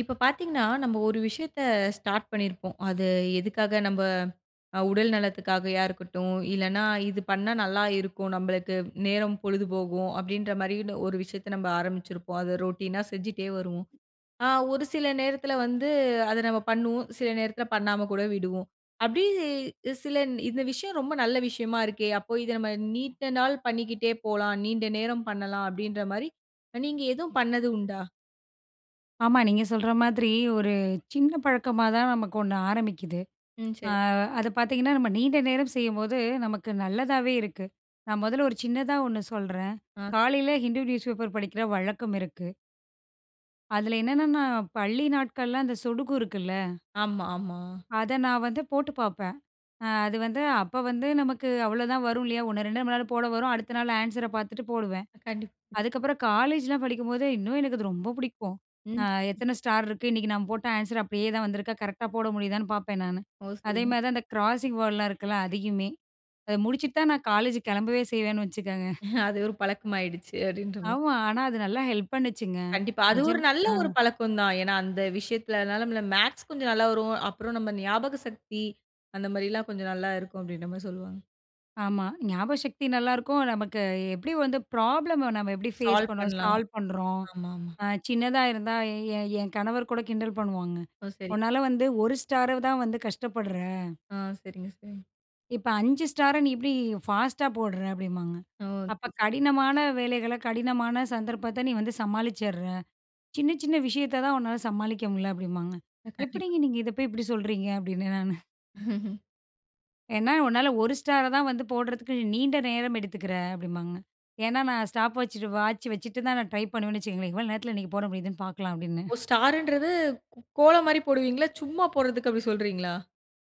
இப்ப பார்த்தீங்கன்னா, நம்ம ஒரு விஷயத்த ஸ்டார்ட் பண்ணியிருப்போம். அது எதுக்காக நம்ப உடல் நலத்துக்காகயா இருக்கட்டும், இல்லன்னா இது பண்ணா நல்லா இருக்கும். நம்பளுக்கு நேரம் பொழுது போகும் அப்டின்ற மாரின்னு ஒரு விஷயத்த நம்ம ஆரம்பிச்சிருப்போம். அத ரொட்டீனா செஞ்சுட்டே வருவோம். ஆ ஒரு சில நேரத்துல வந்து அத நம்ம பண்ணுவோம். சில நேரத்துல பண்ணாம கூட விடுவோம். அப்டி சில இந்த விஷயம் ரொம்ப நல்ல விஷயமா இருக்கே! அப்போ இத நம்ம நீண்ட நாள் பண்ணிக்கிட்டே போலாம். நீண்ட நேரம் பண்ணலாம் அப்டின்ற மாரி, நீங்க எதுவும் பண்ணது உண்டா? ஆமா. நீங்க சொல்ற மாதிரி ஒரு சின்ன பழக்கமா தான் நமக்கு ஒண்ணு ஆரம்பிக்குது. ம். ஆ. சரி. அது பார்த்தீங்கன்னா, நம்ம நீண்ட நேரம் செய்யும்போது நமக்கு நல்லதாவே இருக்கு. நான் முதல்ல ஒரு சின்னதா ஒண்ணு சொல்றேன். ஆ. காலையில ஹிண்டு நியூஸ் பேப்பர் படிக்கிற வழக்கம் இருக்கு. அதுல என்னன்னா, நான் பள்ளி நாட்கள்ல அந்த சொடுகு இருக்குல்ல, ஆமா, ஆமா. அத நான் வந்து போட்டு பார்ப்பேன். அது வந்து அப்ப வந்து நமக்கு அவ்வளோதான் வரும் இல்லையா? 1, 2 நம்மளால போட வரும். அடுத்த நாள் ஆன்ஸர பார்த்துட்டு போடுவேன். கண்டிப்பா. அதுக்கப்புறம் காலேஜ்லாம் படிக்கும்போது, இன்னும் எனக்கு அது ரொம்ப பிடிக்கும். அ ம். சரி, எத்தன சரி. ஸ்டார் இருக்கு? இன்னைக்கு நான் போட்ட ஆன்சர் அப்படியே தான் வந்திருக்கா? கரெக்ட்டா போட முடியுதான்னு பார்ப்பேன் நானு. ஓ! அதே சரிங்க. மாரி தான் அந்த கிராசிங் வேர்ட்லாம் இருக்குல்ல, அதையுமே. அத முடிச்சுட்டு தான் நான் காலேஜ் கிளம்பவே செய்வேன்னு வச்சுக்கங்க. அது ஒரு பழக்கமாயிடுச்சு அப்டின்ற மாரி. ஆமா. ஆனா அது நல்லா ஹெல்ப் பண்ணுச்சுங்க. கண்டிப்பா. அது ஒரு நிஜம். நல்ல ஆ. ஒரு பழக்கம் தான். ஏன்னா அந்த விஷயத்துலனால நம்மள மேத்ஸ் கொஞ்சம் நல்லா வரும். அப்புறம் நம்ம ஞாபக சக்தி அந்த மாரிலாம் கொஞ்சம் நல்லா இருக்கும் அப்டின்ற மாரி சொல்லுவாங்க. ஆமா. ஞாபக சக்தி நல்லாருக்கும். நமக்கு எப்படி வந்து ப்ராப்ளம நம்ம எப்படி ஃபேஸ் சால்வ் பண்ணுறோம்? பண்ணலாம். சால்வ் பண்ணுறோம். ஆமா, ஆமா. சின்னதா இருந்தா என் கணவர் கூட கிண்டல் பண்ணுவாங்க. ஓ! சரி. உன்னால வந்து 1 ஸ்டார தான் வந்து கஷ்டப்படுற. ஆ சரிங்க, சரிங்க. இப்ப 5 ஸ்டார நீ எப்படி ஃபாஸ்ட்டா போடுற அப்படிம்பாங்க. ஓ! அப்ப சரி. கடினமான வேலைகள, கடினமான சந்தர்ப்பத்த நீ வந்து சமாளிச்சர்ற. சின்ன சின்ன விஷயத்த தான் உன்னால சமாளிக்க முடியல அப்படிம்பாங்க. கண்டிப்பா. எப்படிங்க நீங்க இத போய் இப்படி சொல்றீங்க அப்படின்னு நானு. ஏன்னா உன்னால 1 ஸ்டார தான் வந்து போடுறதுக்கு நீண்ட நேரம் எடுத்துக்கிற அப்படிம்பாங்க. ஏன்னா நான் ஸ்டாப் வச்சுட்டு வாட்ச் வச்சுட்டு தான் நான் ட்ரை பண்ணுவேன்னு வச்சுக்கங்களேன். எவ்வளோ நேரத்தில இன்னைக்கு போட முடியுதுன்னு பார்க்கலாம் அப்படின்னு. ஓ! ஸ்டாருன்றது கோலம் மாரி போடுவீங்களா? சும்மா போடுறதுக்கு அப்டி சொல்றீங்களா?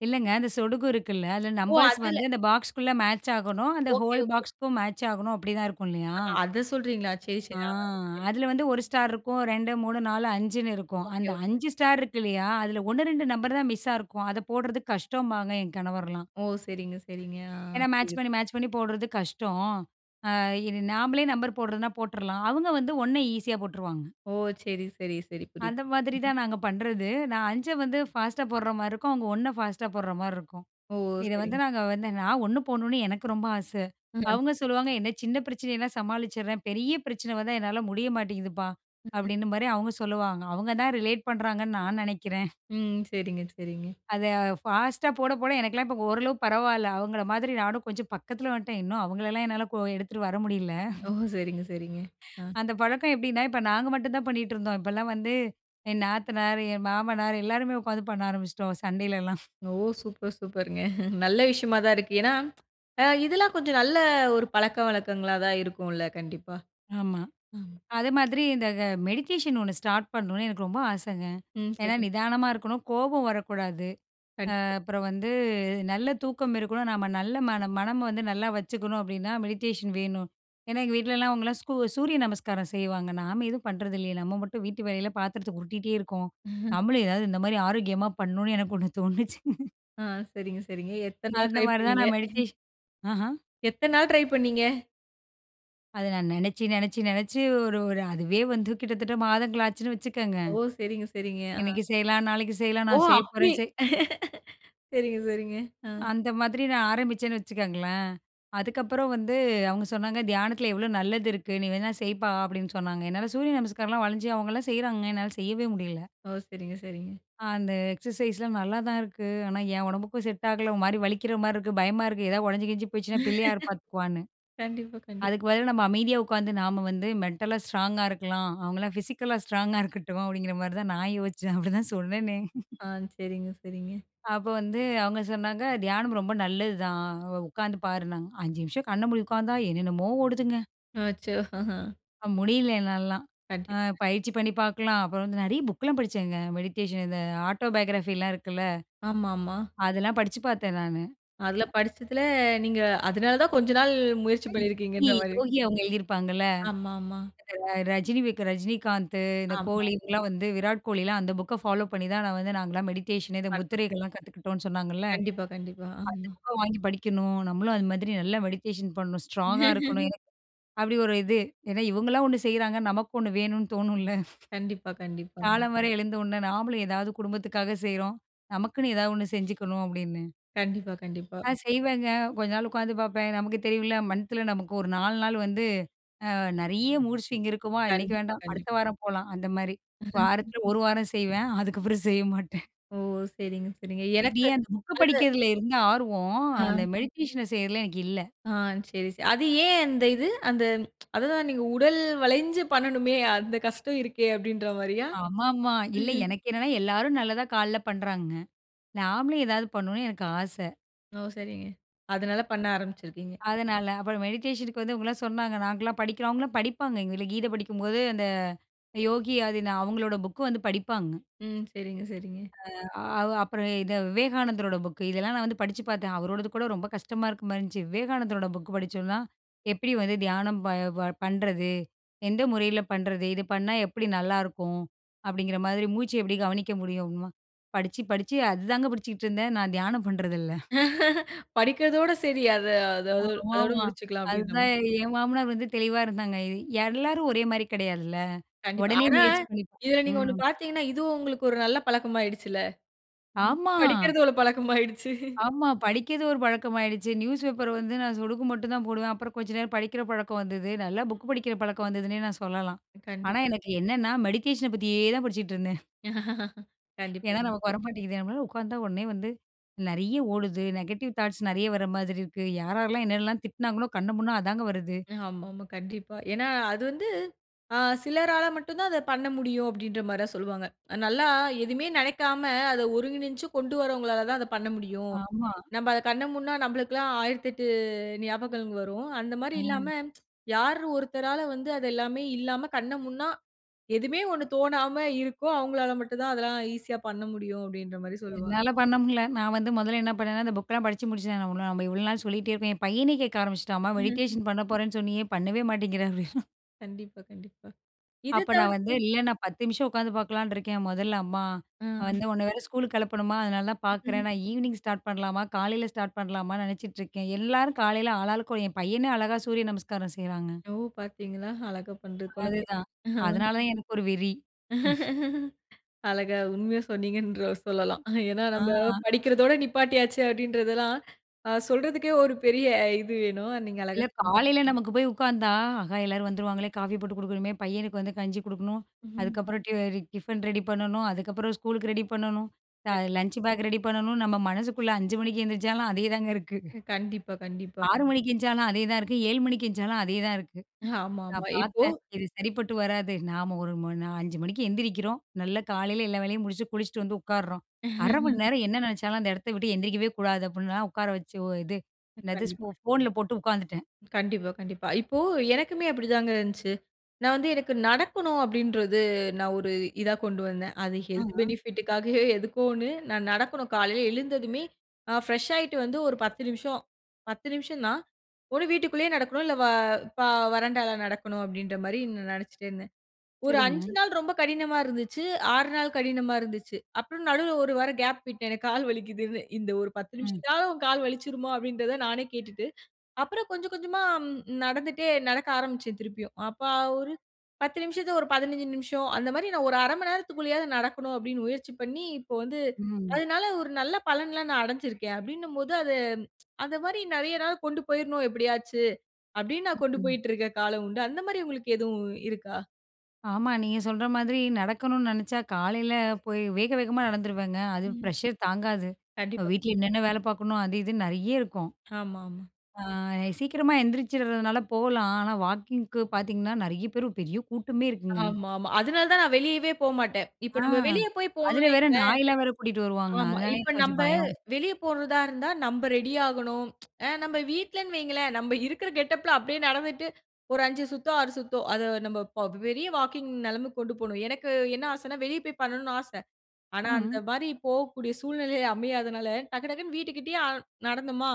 இல்லங்க அந்த சொடுகு இருக்குல்ல, அதில ஓ! நம்பர்ஸ் அதுல. வந்து அந்த பாக்ஸ்க்குள்ள மேட்ச் ஆகணும். அந்த ஓகே, ஹோல் ஓகே. பாக்ஸ்க்கும் மேட்ச் ஆகணும் அப்படி தான் இருக்கும் இல்லையா? அத சொல்றீங்களா? சரி, சரி. ஆ. ஆ சரி. அதுல வந்து 1 ஸ்டார் இருக்கும். 2, 3, 4, 5ன்னு இருக்கும். ஓகே, அந்த ஓகே. 5 ஸ்டார் இருக்கு இல்லையா? அதுல 1, 2 நம்பர் தான் மிஸ்ஸா இருக்கும். அத போடுறது கஷ்டம்பாங்க என் கணவர்லாம். ஓ! சரிங்க, சரிங்க. ஆ ஏன்னா மேட்ச் புரியுது. பண்ணி, மேட்ச் பண்ணி போடுறது கஷ்டம். அ இது நாமளே நம்பர் போடுறதுனா போட்டுறலாம். அவங்க வந்து 1 ஈஸியா போட்டுருவாங்க. ஓ! சரி, சரி, சரி. அந்த புரியுது. மாதிரி தான் நாங்க பண்றது. நான் 5 வந்து ஃபாஸ்ட்டா போடுற மாரி இருக்கும். அவங்க 1 ஃபாஸ்ட்டா போடுற மாரி இருக்கும். ஓ! இத வந்து சரிங்க. நாங்க வந்து நான் ஒண்ணு போணும்னு எனக்கு ரொம்ப ஆச. ஆ சரி. அவங்க சொல்லுவாங்க, "என்ன சின்ன பிரச்சனையெல்லாம் சமாளிச்சுடுறேன். பெரிய பிரச்சனை வந்தா என்னால முடிய மாட்டேங்குதுப்பா." அப்படின்ற மாரி அவங்க சொல்லுவாங்க. அவங்க தான் ரிலேட் பண்றாங்கன்னு நான் நெனைக்கிறேன். ம். சரிங்க, சரிங்க. அத ஃபாஸ்ட்டா போட, போட எனக்கெல்லாம் இப்ப ஓரளவு பரவால்ல. அவங்கள மாதிரி நானும் கொஞ்சம் பக்கத்துல வந்துட்டேன். இன்னும் அவங்களலாம் என்னால எடுத்துட்டு வர முடியல. ஓ! சரிங்க, சரிங்க. ஆ. அந்த பழக்கம் எப்படின்னா, இப்ப நாங்க மட்டும் தான் பண்ணிட்டு இருந்தோம். இப்பலாம் வந்து என் நாத்தனார், என் மாமனார் எல்லாருமே உட்காந்து பண்ண ஆரம்பிச்சுட்டோம் சண்டையிலலாம். ஓ! சூப்பர், சூப்பருங்க. நல்ல விஷயமா தான் இருக்கு. ஏன்னா, இதெல்லாம் கொஞ்சம் நல்ல ஒரு பழக்கவழக்கங்களா தான் இருக்கும்ல. கண்டிப்பா. ஆமா. ஆமா. அது மாதிரி இந்த மெடிடேஷன் ஒண்ணு ஸ்டார்ட் பண்ணணும்னு எனக்கு ரொம்ப ஆசைங்க. ம். ஏன்னா சரி. நிதானமா இருக்கணும், கோபம் வரக்கூடாது. கண்டிப்பா. அப்புறம் வந்து நல்ல தூக்கம் இருக்கணும். நம்ம நல்ல மனம் மனம் வந்து நல்லா வச்சுக்கணும் அப்படின்னா மெடிடேஷன் வேணும். ஏன்னா எங்க வீட்லலாம் அவங்கலாம் சூரிய நமஸ்காரம் செய்வாங்க. நாம எதுவும் பண்றது இல்லையே. நம்ம மட்டும் வீட்டு வேலையில பாத்திரத்த உருட்டிட்டே இருக்கோம். நம்மளும் ஏதாவது இந்த மாதிரி ஆரோக்கியமா பண்ணணும்னு எனக்கு ஒண்ணு தோணுச்சு. ஆ சரிங்க, சரிங்க. எத்தன நாள் அந்த ட்ரை மாதிரி தான் பண்ணீங்க? நான் மெடிடேஷன். ஆஹா. எத்தன நாள் ட்ரை பண்ணீங்க? அத நான் நெனச்சு, நெனச்சு, நெனச்சு ஒரு ஒரு அதுவே வந்து கிட்டத்தட்ட மாதங்கள் ஆச்சுன்னு வச்சுக்கங்க. ஓ! சரிங்க, சரிங்க. ஆ. இன்னைக்கு செய்யலாம், நாளைக்கு செய்யலாம், ஓ! நான் செய்ய அப்படி. போறேன் சரிங்க, சரிங்க. ஆ. அந்த மாதிரி நான் ஆரம்பிச்சேன்னு வச்சுக்கோங்களேன். அதுக்கப்புறம் வந்து அவங்க சொன்னாங்க, "தியானத்தில எவ்வளோ நல்லது இருக்கு. நீ வேணா செய்ப்பா" அப்படின்னு சொன்னாங்க. என்னால சூரிய நமஸ்காரம்லாம் வளைஞ்சு அவங்கலாம் செய்றாங்க. என்னால செய்யவே முடியல. ஓ! சரிங்க, சரிங்க. அந்த எக்ஸர்சைஸ்லாம் நல்லா தான் இருக்கு. ஆனா என் உடம்புக்கும் செட் ஆகல. ஒரு மாரி வலிக்கிற மாரி இருக்கு. பயமா இருக்கு. ஏதாவது உடைஞ்சு கிழிஞ்சு போயிடுச்சுன்னா பிள்ளை யார் பார்த்துக்குவான்னு. கண்டிப்பா, கண்டிப்பா. அதுக்கு பதிலா நம்ம அமைதியா உட்காந்து நாம வந்து மென்டலா ஸ்ட்ராங்கா இருக்கலாம். அவங்கலாம் பிசிக்கலா ஸ்ட்ராங்கா இருக்கட்டும் அப்படிங்கிற மாரி தான் நான் யோசிச்சேன். அப்படிதான் சொன்னேனே. ஆ. சரிங்க, சரிங்க. அப்ப வந்து அவங்க சொன்னாங்க, "தியானம் ரொம்ப நல்லதுதான். உட்காந்து பாருன்னாங்க." 5 நிமிஷம் கண்ண மூடி உட்காந்தா என்னென்னமோ ஓடுதுங்க. அச்சோ! ஆஹா. முடியல என்னாலலாம். அ கண்டிப்பா. பயிற்சி பண்ணி பார்க்கலாம். அப்புறம் வந்து நெறைய புக்லாம் படிச்சேங்க. மெடிடேஷன் இந்த ஆட்டோபயோகிராஃபிலாம் இருக்குல்ல, ஆமாமா. அதெல்லாம் படிச்சு பார்த்தேன் நானு. அதுல படிச்சதுல நீங்க அதனால தான் கொஞ்ச நாள் முயற்சி யோகி பண்ணியிருக்கீங்கன்ற மாரி. யோகி அவங்க எழுதியிருப்பாங்கல்ல. ஆமாமா. அ ரஜினி விக் ரஜினிகாந்த், இந்த ஆமா. கோலி இவங்கலாம் வந்து விராட் கோலிலாம் அந்த புக்க ஃபாலோ பண்ணி தான் நான் வந்து நாங்கலாம் மெடிடேஷன் இந்த பண்ணோம். முத்திரைகள்லாம் கத்துக்கிட்டோம்னு சொன்னாங்கல்ல. கண்டிப்பா, கண்டிப்பா. அந்த ஆமா. புக்க வாங்கி படிக்கணும். நம்மளும் அது மாதிரி நல்லா மெடிடேஷன் பண்ணணும். ஸ்ட்ராங்கா இருக்கணும். அப்படி ஒரு இது. ஏன்னா இவங்கலாம் ஒண்ணு செய்றாங்க. நமக்கு ஒண்ணு வேணும்னு தோணும்ல. கண்டிப்பா, கண்டிப்பா. காலம் கண்டிப்பா. வர எழுந்த உடனே நாமளும் ஏதாவது குடும்பத்துக்காக செய்றோம். நமக்குன்னு ஏதாவது ஒண்ணு செஞ்சுக்கணும் அப்படின்னு. கண்டிப்பா, கண்டிப்பா. நான் செய்வேங்க. கொஞ்ச நாள் உட்காந்து பார்ப்பேன். நமக்கு தெரியும்ல மந்த்ல நமக்கு ஒரு 4 நாள் வந்து நெறைய மூட் ஸ்விங் இருக்குமா, இன்னைக்கு கண்டிப்பா, வேண்டாம் அடுத்த கண்டிப்பா. வாரம் போலாம் அந்த மாரி. வாரத்துல 1 வாரம் செய்வேன். அதுக்கப்புறம் செய்ய மாட்டேன். ஓ! சரிங்க, சரிங்க. எனக்கு இப்படியே அந்த புக்க படிக்கிறதுல இருந்த ஆர்வம், அந்த ஆ, மெடிடேஷன செய்றதுல எனக்கு இல்ல. ஆ சரி, சரி. அது ஏன் அந்த இது? அந்த அதுதான் நீங்க உடல் வளைஞ்சு பண்ணணுமே! அந்த கஷ்டம் இருக்கே! அப்டின்ற மாரியா? ஆமாமா. இல்ல எனக்கு என்னன்னா எல்லாரும் நல்லதா காலைல பண்றாங்க. நாமளும் ஏதாவது பண்ணணும்னு எனக்கு ஆச. ஓ! சரிங்க. அதனால பண்ண ஆரம்பிச்சிருக்கீங்க. அதனால. அப்புறம் மெடிடேஷனுக்கு வந்து இவங்கலாம் சொன்னாங்க. நாங்கலாம் படிக்கிறோம். அவங்கலாம் படிப்பாங்க. எங்க வீட்ல கீதை படிக்கும்போது, அந்த யோகி ஆதின அவங்களோட புக்கு வந்து படிப்பாங்க. ம். சரிங்க, சரிங்க. அ அ- அப்புறம் இத விவேகானந்தரோட புக்கு. இதெல்லாம் நான் வந்து படிச்சு பார்த்தேன். அவரோடது கூட ரொம்ப கஷ்டமா இருக்க மாரி இருந்துச்சு. விவேகானந்தரோட புக் படிச்சோம்னா, எப்படி வந்து தியானம் ப ப பண்றது? எந்த முறையில பண்றது? இது பண்ணா எப்படி நல்லாயிருக்கும்? அப்படிங்கிற மாதிரி மூச்சு எப்படி கவனிக்க முடியும்? அப்படிமா படிச்சு படிச்சு அதுதாங்க படிச்சுக்கிட்டு இருந்தேன். நான் தியானம் பண்றதில்ல. படிக்கிறதோட சரி. அத அத அதோட அதோட ஆமாமா. முடிச்சுக்கலாம் அப்டின்ற அதுதான் மாரி. என் மாமனார் வந்து தெளிவா இருந்தாங்க. இது எல்லாரும் ஒரே மாரி கிடையாதுல்ல. கண்டிப்பா. உடனே ஆனா, முயற்சி பண்ணி இதுல நீங்க ம். ஒண்ணு பார்த்தீங்கன்னா, இதுவும் உங்களுக்கு ஒரு நல்ல பழக்கமாயிடுச்சுல்ல. ஆமா, புக் படிக்கிறது ஒரு பழக்கமாயிடுச்சு. ஆமா. படிக்கிறது ஒரு பழக்கமாயிடுச்சு. நியூஸ் பேப்பர் வந்து நான் சொடுக்கு மட்டும் தான் போடுவேன். அப்புறம் கொஞ்ச நேரம் படிக்கிற பழக்கம் வந்தது. நல்லா புக் படிக்கிற பழக்கம் வந்ததுன்னே நான் சொல்லலாம். ஆனா கண்டிப்பா. எனக்கு என்னன்னா, மெடிடேஷன பத்தியே தான் படிச்சுட்டு இருந்தேன். ஏன்னா கண்டிப்பாங்க. நமக்கு வரமாட்டேங்குது. நம்மளால உட்கார்ந்தா உடனே வந்து நெறைய ஓடுது. நெகட்டிவ் தாட்ஸ் நெறைய வர மாதிரி இருக்கு. யார் யாரெல்லாம் என்னெல்லாம் திட்டினாங்களோ கண்ண முன்னா அதாங்க வருது. ஆமாமா. கண்டிப்பா. ஏன்னா, அது வந்து சிலரால மட்டும் தான் அத பண்ண முடியும் அப்டின்ற மாரிலாம் சொல்லுவாங்க. நல்லா எதுவுமே நெனைக்காம அத ஒருங்கிணைச்சு கொண்டு வரவங்களால தான் அத பண்ண முடியும். ஆமா. நம்ம அத கண்ண மூடுனா நம்மளுக்கெல்லாம் 1008 ஞாபகங்கள் வரும். அந்த மாரி ஆ. இல்லாம, யார் ஒருத்தரால வந்து அது எல்லாமே இல்லாம கண்ண மூடுனா, எதுவுமே ஒண்ணு தோணாம இருக்கோ, அவங்களால மட்டும் தான் அதெல்லாம் ஈஸியா பண்ண முடியும் அப்படின்ற மாரி சொல்லுவாங்க. என்னால பண்ண முடியல. நான் வந்து முதல்ல என்ன பண்ணேன்னா, அந்த புக்லாம் படிச்சு முடிச்சுட்டேன். நம்ம நம்ம இவ்வளோ நாள் சொல்லிட்டே இருக்கோம். என் பையனே கேட்க ஆரம்பிச்சுட்டான். அம்மா மெடிடேஷன் பண்ண போறேன்னு சொன்னியே, பண்ணவே மாட்டேங்கிற அப்படின்னு. கண்டிப்பா, கண்டிப்பா. இத அப்ப தவிர நான் வந்து, "இல்ல நான் 10 நிமிஷம் உட்காந்து பார்க்கலாம்ன்னு இருக்கேன். முதல்ல அம்மா ஆ. நான் வந்து உன்ன வேற ஸ்கூலுக்கு கிளப்பணுமா, அதனால தான் பார்க்குறேன். நான் ஈவினிங் ஸ்டார்ட் பண்ணலாமா, காலையில ஸ்டார்ட் பண்ணலாமான்னு நினைச்சிட்டு இருக்கேன்." எல்லாரும் காலையில ஆளாளுக்கு என் பையனே அழகா சூரிய நமஸ்காரம் செய்றாங்க. ஓ! பார்த்தீங்களா? அழகா பண்ணுது குழந்தை. அதுதான். அதனால தான் எனக்கு ஒரு வெறி. அழகா உண்மையா சொன்னீங்கன்ற சொல்லலாம். ஏன்னா ஆ. நம்ம படிக்கிறதோட நிப்பாட்டியாச்சு அப்படின்றதெல்லாம், சொல்றதுக்கே ஒரு பெரிய இது வேணும். நீங்க இல்ல அழகா சொன்னீங்க. காலையில நமக்கு போய் உட்கார்ந்தா, ஆஹா எல்லாரும் வந்துருவாங்களே! காஃபி போட்டு குடுக்கணுமே, பையனுக்கு வந்து கஞ்சி குடுக்கணும். ம். அதுக்கப்புறம் டிஃபன் ரெடி பண்ணணும். அதுக்கப்புறம் ஸ்கூலுக்கு ரெடி பண்ணணும். லஞ்ச் பேக் ரெடி பண்ணணும். நம்ம மனசுக்குள்ள 5 மணிக்கு எந்திரிச்சாலும் அதே தாங்க இருக்கு. கண்டிப்பா, கண்டிப்பா. 6 மணிக்கு எந்திரிச்சாலும் அதே தான் இருக்கு. 7 மணிக்கு எந்திரிச்சாலும் அதே தான் இருக்கு. நான் ஆமாமா. இப்போ பார்த்தேன். இது சரிப்பட்டு வராது. நாம ஒரு ம 5 மணிக்கு எந்திரிக்கிறோம். நல்லா காலையில எல்லா வேலையும் முடிச்சு குளிச்சுட்டு வந்து உட்கார்றோம். 1/2 மணி நேரம் என்ன நினைச்சாலும் அந்த இடத்த விட்டு எந்திரிக்கவே கூடாது அப்டின்லாம் உட்கார வச்சு, ஓ, இது என்னது கண்டிப்பா, ஃபோன்ல போட்டு உட்கார்ந்துட்டேன். கண்டிப்பா, கண்டிப்பா. இப்போ எனக்குமே அப்படிதாங்க இருந்துச்சு. நான் வந்து எனக்கு நடக்கணும் அப்படின்றது நான் ஒரு இதா கொண்டு வந்தேன். அது ஹெல்த் ஆ. பெனிஃபிட்டுக்காகவே எதுக்கோ ஒண்ணு நான் நடக்கணும் காலையில எழுந்ததுமே ஃப்ரெஷ் ஆயிட்டு வந்து ஒரு 10 நிமிஷம் தான். ஒண்ணு வீட்டுக்குள்ளேயே நடக்கணும், இல்ல வ ப வராண்டால நடக்கணும் அப்படின்ற மாரி நான் நெனச்சுட்டே இருந்தேன். ஒரு ம். சரிங்க. 5 நாள் ரொம்ப கடினமா இருந்துச்சு. 6 நாள் கடினமா இருந்துச்சு. அப்புறம் நடுவுல ஒரு வாரம் கேப் விட்டேன். எனக்கு கால் வலிக்குதுன்னு. இந்த ஒரு 10 ம். நிமிஷத்தாவது உன் கால் வலிச்சிருமா? அப்படின்றத நானே கேட்டுட்டு, அப்புறம் கொஞ்சம் கொஞ்சமா நடந்துட்டே நடக்க ஆரம்பிச்சேன் திருப்பியும். அப்ப ஒரு 10 நிமிஷத்த ஒரு 15 நிமிஷம் அந்த மாரி நான் ஒரு 1/2 மணி நேரத்துக்குள்ளேயாவது நடக்கணும் அப்படின்னு முயற்சி பண்ணி, இப்போ வந்து ம். அதனால ஒரு நல்ல பலன்லாம் நான் அடைஞ்சிருக்கேன். அப்படின்னும்போது அது அந்த மாரி நெறைய நாள் கொண்டு போயிரணும் எப்படியாச்சு அப்படின்னு நான் கொண்டு ம். போயிட்டு இருக்க காலம் உண்டு. அந்த மாரி உங்களுக்கு எதுவும் இருக்கா? ஆமா. நீங்க சொல்ற மாதிரி நடக்கணும்னு நெனச்சா காலையில போய் வேக வேகமா நடந்துருவேங்க. அது ம். ப்ரெஷர் தாங்காது. கண்டிப்பா. வீட்ல என்னென்ன வேல பார்க்கணும் அது இதுன்னு நெறைய இருக்கும். ஆமாமா. ஆ சீக்கிரமா எந்திரிச்சிடுறதுனால போலாம். ஆனா வாக்கிங்க்கு பார்த்தீங்கன்னா, நெறைய பேர் பெரிய கூட்டமே இருக்குங்க. ஆமாமா. அதனால தான் நான் வெளியவே போமாட்டேன். இப்ப ஆ. நம்ம வெளிய போய் அதுல போணும்னா வேற இப்ப நாயெல்லாம் வேற கூட்டிட்டு வருவாங்க. ஆமா. அதனால இப்ப எனக்கு கொஞ்சம் நம்ப பயம். வெளிய போறதா இருந்தா நம்ப ரெடி ஆகணும். நம்ம வீட்லன்னு வைங்களேன், நம்ம இருக்கிற கெட்டப்ல அப்படியே நடந்துட்டு ஒரு 5 சுத்தம், 6 சுத்தம். அத நம்ம பெரிய வாக்கிங் நெலமைக்கு கொண்டு போணும். எனக்கு என்ன ஆசைன்னா, வெளிய போய் பண்ணணும்னு ஆச. ஆனா, அந்த ம். மாரி போகக்கூடிய சூழ்நிலை அமையாதனால, டக்கு டக்குன்னு வீட்டுக்கிட்டயே நடந்தோமா,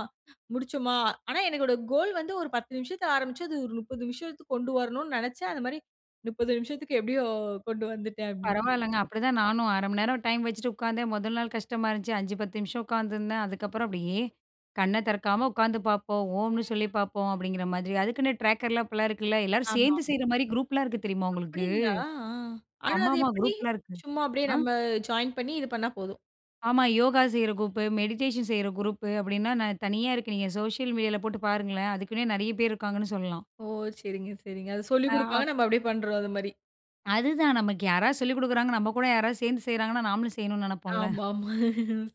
முடிச்சோமா. ஆனா, எனக்கோட கோல் வந்து ஒரு 10 நிமிஷத்துல ஆரம்பிச்சு, அது ஒரு 30 நிமிஷத்துக்கு கொண்டு வரணும்னு நெனச்சேன். அந்த மாரி 30 நிமிஷத்துக்கு எப்படியோ கொண்டு வந்துட்டேன் அப்படின்னு. பரவாயில்லங்க. அப்படிதான் நானும் 1/2 மணி நேரம் டைம் வச்சுட்டு உட்காந்தேன். முதல் நாள் கஷ்டமா இருந்துச்சு. 5, 10 நிமிஷம் உட்காந்துருந்தேன். அதுக்கப்புறம் அப்படியே கண்ண திறக்காம உட்காந்து பார்ப்போம். ஓம்ன்னு சொல்லி பார்ப்போம் அப்படிங்கிற மாதிரி. அதுக்குன்னு ட்ராக்கர்லாம் இப்பலாம் இருக்குல்ல. எல்லாரும் ஆமா. சேர்ந்து செய்ற மாரி குரூப்லாம் இருக்கு தெரியுமா உங்களுக்கு? அப்படிங்களா? ஆ. ஆனா, ஆமா, அது ஆமா. எப்படி? குரூப்லாம் இருக்கு. சும்மா அப்படியே ஆ. நம்ம ஜாயின் பண்ணி இது பண்ணா போதும். ஆமா. யோகா செய்ற குரூப்பு, மெடிடேஷன் செய்ற குரூப்பு அப்படின்னா நான் தனியா இருக்கு. நீங்க சோசியல் மீடியால போட்டு பாருங்களேன். அதுக்குன்னே நெறைய பேர் இருக்காங்கன்னு சொல்லலாம். ஓ! சரிங்க, சரிங்க. அது அ சொல்லிக் அப் குடுப்பாங்க. நம்ம அப்படியே பண்றோம் அது மாரி. அதுதான் நமக்கு யாராவது சொல்லிக் குடுக்குறாங்க. நம்ம கூட யாராவது சேர்ந்து செய்றாங்கன்னா நாமளும் செய்யணும்னு நெனைப்போம்ல. ஆமாமா.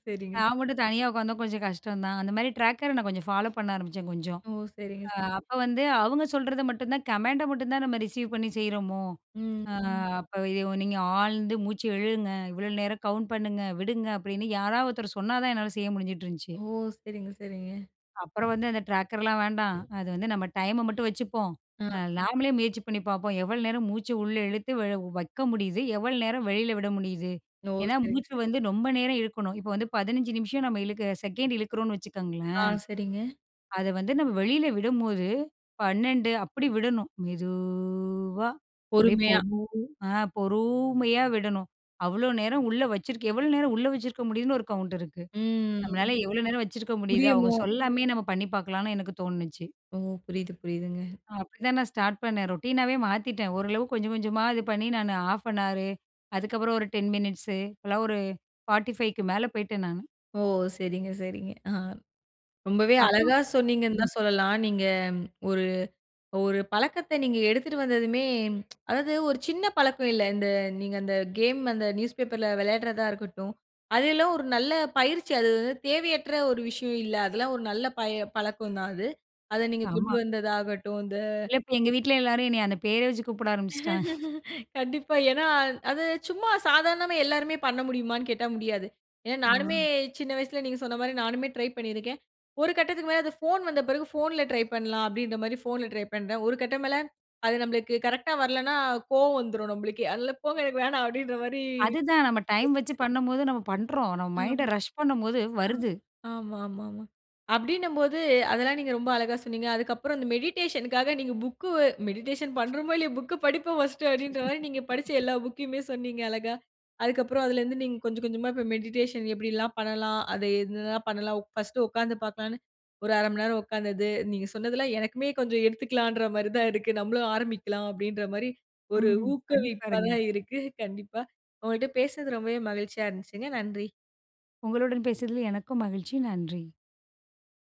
சரிங்க, நான் சரி. மட்டும் தனியா உட்காந்தா கொஞ்சம் கஷ்டம் தான். அந்த மாரி ட்ராக்கர நான் கொஞ்சம் ஃபாலோ பண்ண ஆரம்பிச்சேன் கொஞ்சம். ஓ! சரிங்க, சரிங்க. அப்ப வந்து அவங்க சொல்றத மட்டும் தான் கமாண்ட மட்டும் தான் நம்ம ரிசீவ் பண்ணி செய்றோமோ! ம். அ ம். அப்ப இது நீங்க ஆழ்ந்து மூச்சு இழுங்க, இவ்வளோ நேரம் கவுண்ட் பண்ணுங்க, விடுங்க அப்படின்னு யாராவது ஒருத்தர் சொன்னா தான் என்னால செய்ய முடிஞ்சுட்டு இருந்துச்சு. ஓ! சரிங்க, சரிங்க. அப்புறம் வந்து அந்த ட்ராக்கர்லாம் வேண்டாம். அது வந்து நம்ம டைம மட்டும் வச்சுப்போம். ஆ. நாமளே முயற்சி பண்ணி பார்ப்போம். எவ்வளோ நேரம் மூச்சு உள்ள இழுத்து வைக்க முடியுது? எவ்வளோ நேரம் வெளியில விட முடியுது? ஓ! ஏன்னா, சரிங்க, மூச்சு சரி. வந்து ரொம்ப நேரம் இழுக்கணும். இப்போ வந்து 15 நிமிஷம் நம்ம இழுக்க செகண்ட் இழுக்கிறோம்னு ஆ, வச்சுக்கோங்களேன். சரிங்க. அத வந்து நம்ம வெளியில விடும்போது 12 அப்படி விடணும். மெதுவா அப்படியே பொறுமையா. ஆ பொறுமையா விடணும். அவ்வளோ நேரம் உள்ள வச்சிருக்கு எவ்வளோ நேரம் உள்ள வச்சிருக்க முடியுதுன்னு ஒரு கவுண்ட் இருக்கு. ம். நம்மளால எவ்வளோ நேரம் வச்சிருக்க முடியுது? அவங்க முடியுமோ? சொல்லாமயே நம்ம பண்ணி பார்க்கலான்னு எனக்கு தோணுச்சு. ஓ! புரியுது, புரியுதுங்க. அப்படிதான் நான் ஸ்டார்ட் பண்ணேன். ரொட்டீனாவே மாத்திட்டேன். ஓரளவு கொஞ்சம் கொஞ்சமா இது பண்ணி நான் 1/2 அன் ஹவர். அதுக்கப்புறம் ஒரு 10 மினிட்ஸு இப்பலாம் ஒரு 45க்கு மேல போயிட்டேன் நானு. ஓ! சரிங்க, சரிங்க. ஆ ரொம்பவே அப்புறம் அழகா சொன்னீங்கன்னு ம். தான் சொல்லலாம். நீங்க ஒரு ஒரு பழக்கத்த நீங்க எடுத்துட்டு வந்ததுமே, அதாவது ஒரு சின்ன பழக்கம் இல்ல. இந்த நீங்க அந்த கேம் அந்த நியூஸ் பேப்பர்ல விளையாடுறதா இருக்கட்டும், அதெல்லாம் ஒரு நல்ல பயிற்சி. அது வந்து தேவையற்ற ஒரு விஷயம் இல்ல. அதெல்லாம் ஒரு நல்ல பழக்கம் தான் அது. அத நீங்க கொண்டு ஆமா. வந்ததாகட்டும், இந்த இல்ல இப்ப எங்க வீட்ல எல்லாரும் என்னைய அந்த பேரே வச்சு கூப்பிட ஆரம்பிச்சுட்டாங்க. கண்டிப்பா. ஏன்னா, அது சும்மா சாதாரணமா எல்லாருமே பண்ண முடியுமான்னு கேட்டா முடியாது. ஏன்னா ஆ. நானுமே சின்ன வயசுல நீங்க சொன்ன மாரி நானுமே ட்ரை பண்ணியிருக்கேன். ஒரு கட்டத்துக்கு மேல அது ஃபோன் வந்த பிறகு ஃபோன்ல ட்ரை பண்ணலாம் அப்டின்ற மாரி ஃபோன்ல ட்ரை பண்றேன். ஒரு கட்டம் மேல அது நம்மளுக்கு கரெக்ட்டா வரலன்னா கோவம் வந்துரும் நம்மளுக்கே. அதனால போங்க எனக்கு வேணாம் அப்டின்ற மாரி அதுதான் நம்ம டைம் வச்சு பண்ணும்போது நம்ம பண்றோம். நம்ம மைண்ட ரஷ் பண்ணும்போது வருது. ஆமா, ஆமா, ஆமா. அப்டின்னும்போது, அதெல்லாம் நீங்க ரொம்ப அழகா சொன்னீங்க. அதுக்கப்புறம் இந்த மெடிடேஷனுக்காக நீங்க புக்கு மெடிடேஷன் பண்றோமோ இல்லையோ, புக்கு படிப்போம் ஃபர்ஸ்ட்டு அப்டின்ற மாரி நீங்க படிச்ச எல்லா புக்கையுமே சொன்னீங்க அழகா. அதுக்கப்புறம் அதுலேருந்து நீங்க கொஞ்சம் கொஞ்சமா இப்போ மெடிடேஷன் எப்டிலாம் பண்ணலாம்? அது என்னலாம் பண்ணலாம்? ஃபர்ஸ்ட்டு உட்காந்து பார்க்கலான்னு, ஒரு 1/2 மணி நேரம் உட்காந்தது, நீங்க சொன்னதெல்லாம் எனக்குமே கொஞ்சம் எடுத்துக்கலான்ற மாரி தான் இருக்கு. நம்மளும் ஆரம்பிக்கலாம் அப்டின்ற மாரி ஒரு ம். பண்ணி ஊக்குவிப்பா பாருங்க. தான் இருக்கு. கண்டிப்பா. உங்கள்ட்ட பேசுனது ரொம்பவே மகிழ்ச்சியா இருந்துச்சுங்க. நன்றி. உங்களுடன் பேசியதில் எனக்கும் மகிழ்ச்சி. நன்றி.